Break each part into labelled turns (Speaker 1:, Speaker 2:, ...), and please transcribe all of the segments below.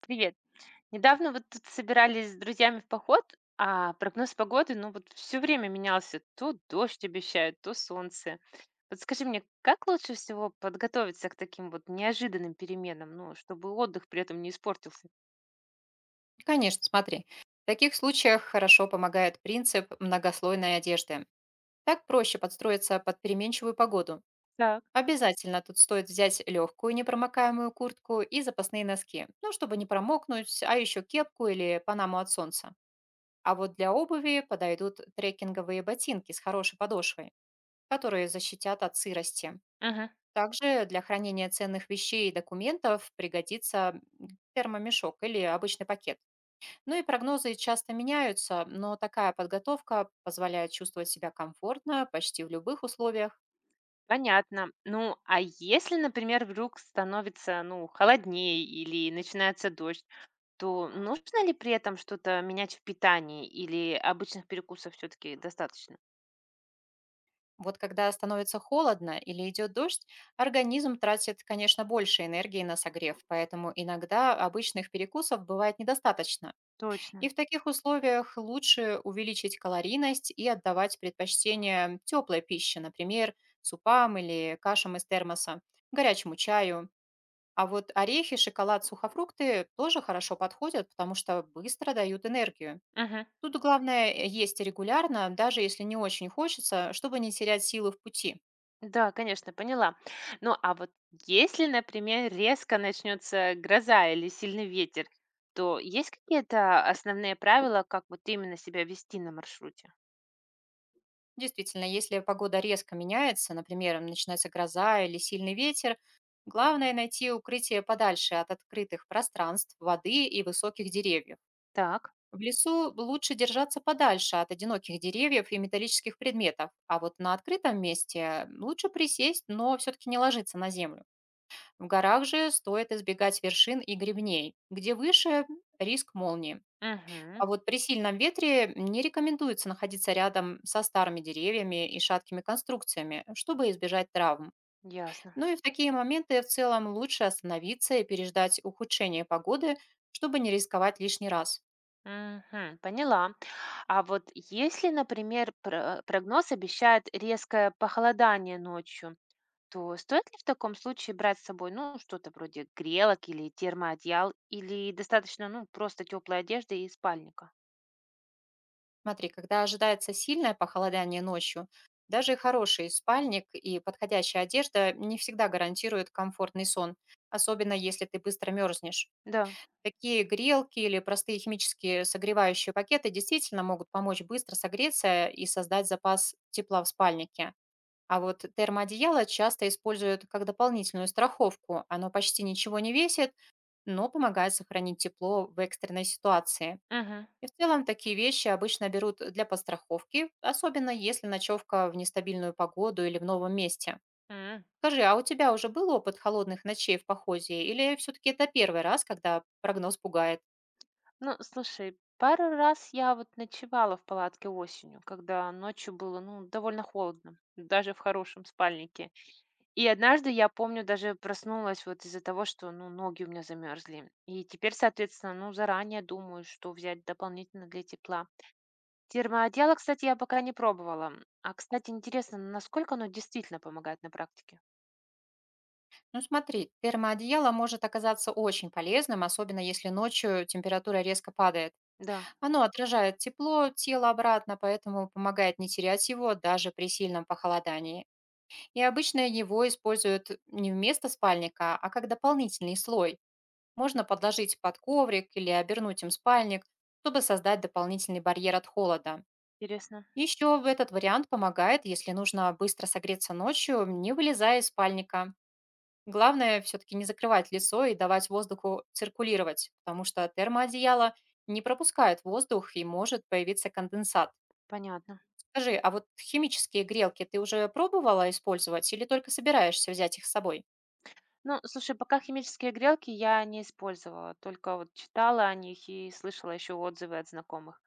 Speaker 1: Привет. Недавно вот тут собирались с друзьями в поход, а прогноз погоды, ну вот все время менялся. То дождь обещают, то солнце. Вот скажи мне, как лучше всего подготовиться к таким вот неожиданным переменам, ну, чтобы отдых при этом не испортился?
Speaker 2: Конечно, смотри. В таких случаях хорошо помогает принцип многослойной одежды. Так проще подстроиться под переменчивую погоду.
Speaker 1: Так.
Speaker 2: Обязательно тут стоит взять легкую непромокаемую куртку и запасные носки, ну, чтобы не промокнуть, а еще кепку или панаму от солнца. А вот для обуви подойдут трекинговые ботинки с хорошей подошвой, которые защитят от сырости.
Speaker 1: Мгм.
Speaker 2: Также для хранения ценных вещей и документов пригодится термомешок или обычный пакет. Ну и прогнозы часто меняются, но такая подготовка позволяет чувствовать себя комфортно почти в любых условиях.
Speaker 1: Понятно. Ну, а если, например, вдруг становится, ну, холоднее или начинается дождь, то нужно ли при этом что-то менять в питании или обычных перекусов все-таки достаточно?
Speaker 2: Вот когда становится холодно или идет дождь, организм тратит, конечно, больше энергии на согрев, поэтому иногда обычных перекусов бывает недостаточно. И
Speaker 1: Точно.
Speaker 2: в таких условиях лучше увеличить калорийность и отдавать предпочтение теплой пище, например, супам или кашам из термоса, горячему чаю. А вот орехи, шоколад, сухофрукты тоже хорошо подходят, потому что быстро дают энергию.
Speaker 1: Мгм.
Speaker 2: Тут главное есть регулярно, даже если не очень хочется, чтобы не терять силы в пути.
Speaker 1: Да, конечно, поняла. Ну, а вот если, например, резко начнется гроза или сильный ветер, то есть какие-то основные правила, как вот именно себя вести на маршруте?
Speaker 2: Действительно, если погода резко меняется, например, начинается гроза или сильный ветер, главное найти укрытие подальше от открытых пространств, воды и высоких деревьев.
Speaker 1: Так.
Speaker 2: В лесу лучше держаться подальше от одиноких деревьев и металлических предметов, а вот на открытом месте лучше присесть, но все-таки не ложиться на землю. В горах же стоит избегать вершин и гребней, где выше риск молнии.
Speaker 1: Угу,
Speaker 2: А вот при сильном ветре не рекомендуется находиться рядом со старыми деревьями и шаткими конструкциями, чтобы избежать травм.
Speaker 1: ясно.
Speaker 2: Ну и в такие моменты в целом лучше остановиться и переждать ухудшение погоды, чтобы не рисковать лишний раз.
Speaker 1: Мгм, поняла. А вот если, например, прогноз обещает резкое похолодание ночью, то стоит ли в таком случае брать с собой, ну, что-то вроде грелок или термоодеял, или достаточно, ну, просто теплой одежды и спальника?
Speaker 2: Смотри, когда ожидается сильное похолодание ночью, даже хороший спальник и подходящая одежда не всегда гарантируют комфортный сон, особенно если ты быстро мерзнешь.
Speaker 1: Да.
Speaker 2: Такие грелки или простые химические согревающие пакеты действительно могут помочь быстро согреться и создать запас тепла в спальнике. А вот термоодеяло часто используют как дополнительную страховку. Оно почти ничего не весит, но помогает сохранить тепло в экстренной ситуации.
Speaker 1: Мгм.
Speaker 2: И в целом такие вещи обычно берут для подстраховки, особенно если ночевка в нестабильную погоду или в новом месте.
Speaker 1: М.
Speaker 2: Скажи, а у тебя уже был опыт холодных ночей в походе или все-таки это первый раз, когда прогноз пугает?
Speaker 1: Ну, слушай, пару раз я вот ночевала в палатке осенью, когда ночью было, ну, довольно холодно, даже в хорошем спальнике. И однажды, я помню, даже проснулась вот из-за того, что, ну, ноги у меня замерзли. И теперь, соответственно, ну, заранее думаю, что взять дополнительно для тепла. Термоодеяло, кстати, я пока не пробовала. А, кстати, интересно, насколько оно действительно помогает на практике?
Speaker 2: Ну смотри, термоодеяло может оказаться очень полезным, особенно если ночью температура резко падает.
Speaker 1: Да,
Speaker 2: Оно отражает тепло тела обратно, поэтому помогает не терять его даже при сильном похолодании. И обычно его используют не вместо спальника, а как дополнительный слой. Можно подложить под коврик или обернуть им спальник, чтобы создать дополнительный барьер от холода.
Speaker 1: интересно.
Speaker 2: Еще этот вариант помогает, если нужно быстро согреться ночью, не вылезая из спальника. Главное все-таки не закрывать лицо и давать воздуху циркулировать, потому что термоодеяло не пропускает воздух и может появиться конденсат.
Speaker 1: Понятно.
Speaker 2: Скажи, а вот химические грелки ты уже пробовала использовать или только собираешься взять их с собой?
Speaker 1: Ну, слушай, пока химические грелки я не использовала, только вот читала о них и слышала еще отзывы от знакомых.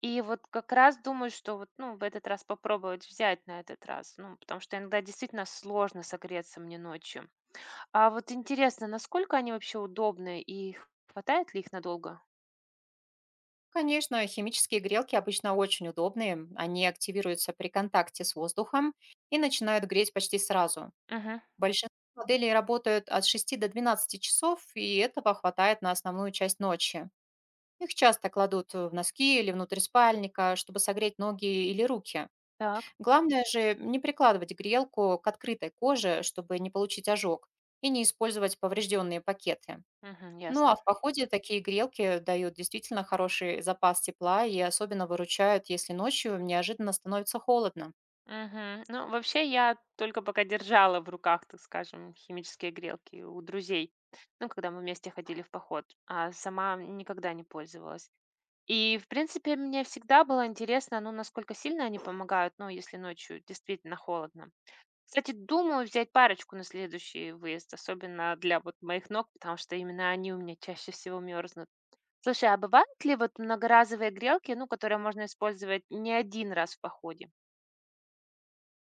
Speaker 1: И вот как раз думаю, что вот, ну, в этот раз попробовать взять на этот раз, ну, потому что иногда действительно сложно согреться мне ночью. А вот интересно, насколько они вообще удобны и хватает ли их надолго?
Speaker 2: Конечно, химические грелки обычно очень удобные. Они активируются при контакте с воздухом и начинают греть почти сразу.
Speaker 1: Угу.
Speaker 2: Большинство моделей работают от 6 до 12 часов, и этого хватает на основную часть ночи. Их часто кладут в носки или внутрь спальника, чтобы согреть ноги или руки.
Speaker 1: Так.
Speaker 2: Главное же не прикладывать грелку к открытой коже, чтобы не получить ожог, и не использовать поврежденные пакеты.
Speaker 1: Угу,
Speaker 2: Ну а
Speaker 1: ясно.
Speaker 2: в походе такие грелки дают действительно хороший запас тепла и особенно выручают, если ночью неожиданно становится холодно.
Speaker 1: Мгм. Ну, вообще, я только пока держала в руках, так скажем, химические грелки у друзей. Ну, когда мы вместе ходили в поход, а сама никогда не пользовалась. И, в принципе, мне всегда было интересно, ну, насколько сильно они помогают, ну, если ночью действительно холодно. Кстати, думаю взять парочку на следующий выезд, особенно для вот моих ног, потому что именно они у меня чаще всего мерзнут. Слушай, а бывают ли вот многоразовые грелки, ну, которые можно использовать не один раз в походе?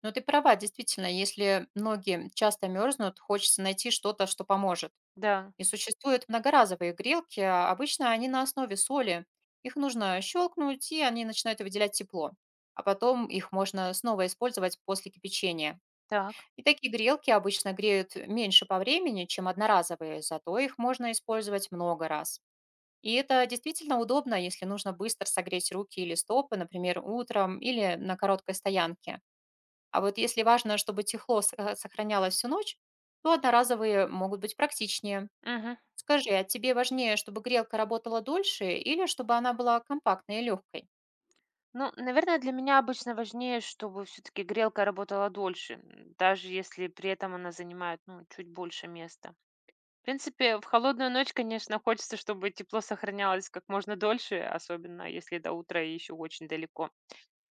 Speaker 2: Но ты права, действительно, если ноги часто мерзнут, хочется найти что-то, что поможет.
Speaker 1: Да,
Speaker 2: И существуют многоразовые грелки, а обычно они на основе соли. Их нужно щелкнуть, и они начинают выделять тепло. А потом их можно снова использовать после кипячения.
Speaker 1: так.
Speaker 2: И такие грелки обычно греют меньше по времени, чем одноразовые, зато их можно использовать много раз. И это действительно удобно, если нужно быстро согреть руки или стопы, например, утром или на короткой стоянке. А вот если важно, чтобы тепло сохранялось всю ночь, то одноразовые могут быть практичнее.
Speaker 1: Мгм.
Speaker 2: Скажи, а тебе важнее, чтобы грелка работала дольше или чтобы она была компактной и легкой?
Speaker 1: Ну, наверное, для меня обычно важнее, чтобы все-таки грелка работала дольше, даже если при этом она занимает, ну, чуть больше места. В принципе, в холодную ночь, конечно, хочется, чтобы тепло сохранялось как можно дольше, особенно если до утра еще очень далеко.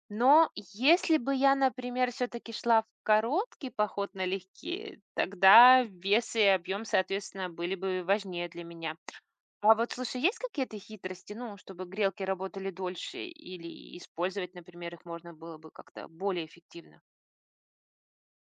Speaker 1: Но если бы я, например, все-таки шла в короткий поход налегке, тогда вес и объем, соответственно, были бы важнее для меня. А вот слушай, есть какие-то хитрости, ну, чтобы грелки работали дольше или использовать, например, их можно было бы как-то более эффективно?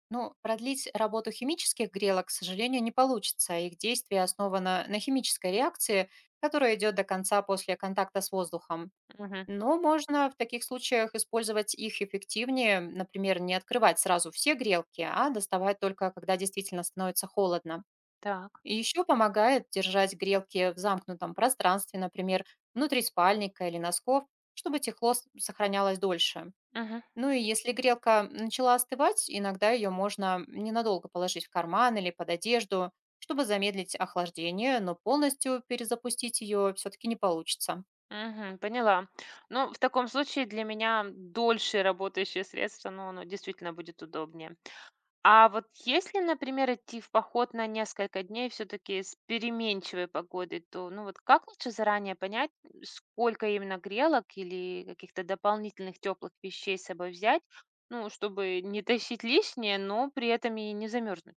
Speaker 2: Ну, продлить работу химических грелок, к сожалению, не получится. Их действие основано на химической реакции, которая идет до конца после контакта с воздухом.
Speaker 1: Мгм.
Speaker 2: Но можно в таких случаях использовать их эффективнее, например, не открывать сразу все грелки, а доставать только, когда действительно становится холодно.
Speaker 1: Так.
Speaker 2: И еще помогает держать грелки в замкнутом пространстве, например, внутри спальника или носков, чтобы тепло сохранялось дольше.
Speaker 1: Мгм.
Speaker 2: Ну и если грелка начала остывать, иногда ее можно ненадолго положить в карман или под одежду, чтобы замедлить охлаждение, но полностью перезапустить ее все-таки не получится.
Speaker 1: Мгм. Поняла. Ну, в таком случае для меня дольше работающее средство, но оно действительно будет удобнее. А вот если, например, идти в поход на несколько дней все-таки с переменчивой погодой, то ну вот как лучше заранее понять, сколько именно грелок или каких-то дополнительных теплых вещей с собой взять, ну, чтобы не тащить лишнее, но при этом и не замерзнуть?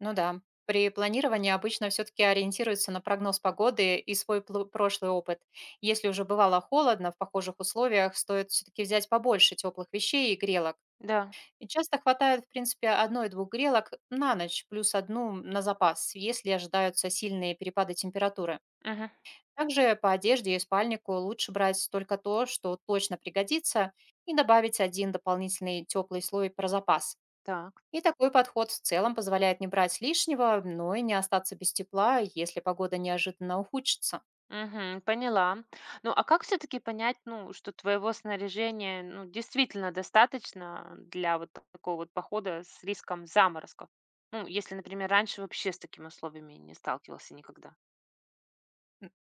Speaker 2: Ну да, при планировании обычно все-таки ориентируются на прогноз погоды и свой прошлый опыт. Если уже бывало холодно в похожих условиях, стоит все-таки взять побольше теплых вещей и грелок.
Speaker 1: Да.
Speaker 2: И часто хватает, в принципе, одной-двух грелок на ночь, плюс одну на запас, если ожидаются сильные перепады температуры.
Speaker 1: Мгм.
Speaker 2: Также по одежде и спальнику лучше брать только то, что точно пригодится, и добавить один дополнительный теплый слой про запас.
Speaker 1: Так.
Speaker 2: И такой подход в целом позволяет не брать лишнего, но и не остаться без тепла, если погода неожиданно ухудшится.
Speaker 1: Мгм. Поняла. Ну, а как все-таки понять, ну, что твоего снаряжения, ну, действительно достаточно для вот такого вот похода с риском заморозков? Ну, если, например, раньше вообще с такими условиями не сталкивался никогда.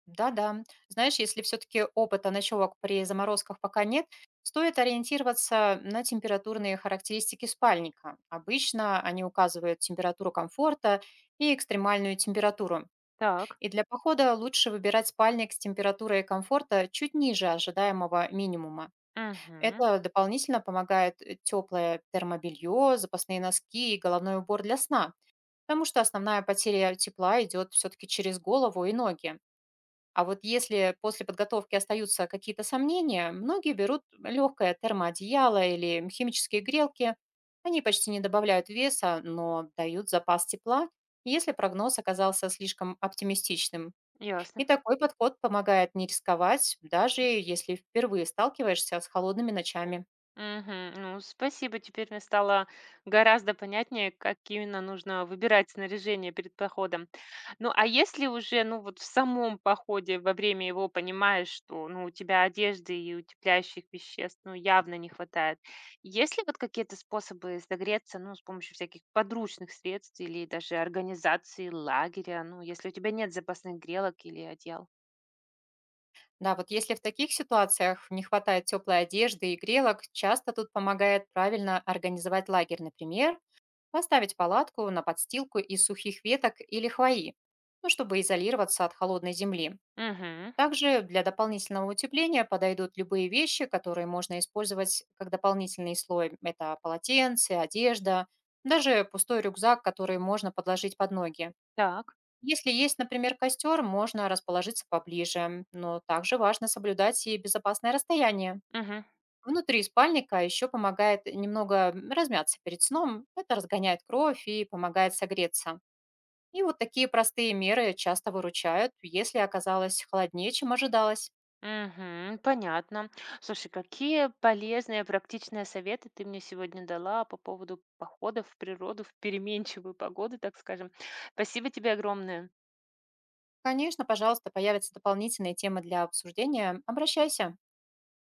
Speaker 2: Да-да. Знаешь, если все-таки опыта ночевок при заморозках пока нет, стоит ориентироваться на температурные характеристики спальника. Обычно они указывают температуру комфорта и экстремальную температуру.
Speaker 1: Так.
Speaker 2: И для похода лучше выбирать спальник с температурой комфорта чуть ниже ожидаемого минимума.
Speaker 1: Угу.
Speaker 2: Это дополнительно помогает теплое термобелье, запасные носки и головной убор для сна, потому что основная потеря тепла идет все-таки через голову и ноги. А вот если после подготовки остаются какие-то сомнения, многие берут легкое термоодеяло или химические грелки. Они почти не добавляют веса, но дают запас тепла, если прогноз оказался слишком оптимистичным.
Speaker 1: Ясно.
Speaker 2: И такой подход помогает не рисковать, даже если впервые сталкиваешься с холодными ночами.
Speaker 1: Мгм. Ну, спасибо. Теперь мне стало гораздо понятнее, как именно нужно выбирать снаряжение перед походом. Ну, а если уже, ну, вот в самом походе во время его понимаешь, что, ну, у тебя одежды и утепляющих веществ, ну, явно не хватает. Есть ли вот какие-то способы согреться, ну, с помощью всяких подручных средств или даже организации лагеря, ну, если у тебя нет запасных грелок или одеял?
Speaker 2: Да, вот если в таких ситуациях не хватает теплой одежды и грелок, часто тут помогает правильно организовать лагерь, например, поставить палатку на подстилку из сухих веток или хвои, ну, чтобы изолироваться от холодной земли.
Speaker 1: Угу.
Speaker 2: Также для дополнительного утепления подойдут любые вещи, которые можно использовать как дополнительный слой. Это полотенце, одежда, даже пустой рюкзак, который можно подложить под ноги.
Speaker 1: Так.
Speaker 2: Если есть, например, костер, можно расположиться поближе, но также важно соблюдать и безопасное расстояние.
Speaker 1: Мгм.
Speaker 2: Внутри спальника еще помогает немного размяться перед сном. Это разгоняет кровь и помогает согреться. И вот такие простые меры часто выручают, если оказалось холоднее, чем ожидалось.
Speaker 1: Мгм. Понятно. Слушай, какие полезные, практичные советы ты мне сегодня дала по поводу походов в природу в переменчивую погоду, так скажем. Спасибо тебе огромное.
Speaker 2: Конечно, пожалуйста, появятся дополнительные темы для обсуждения. Обращайся.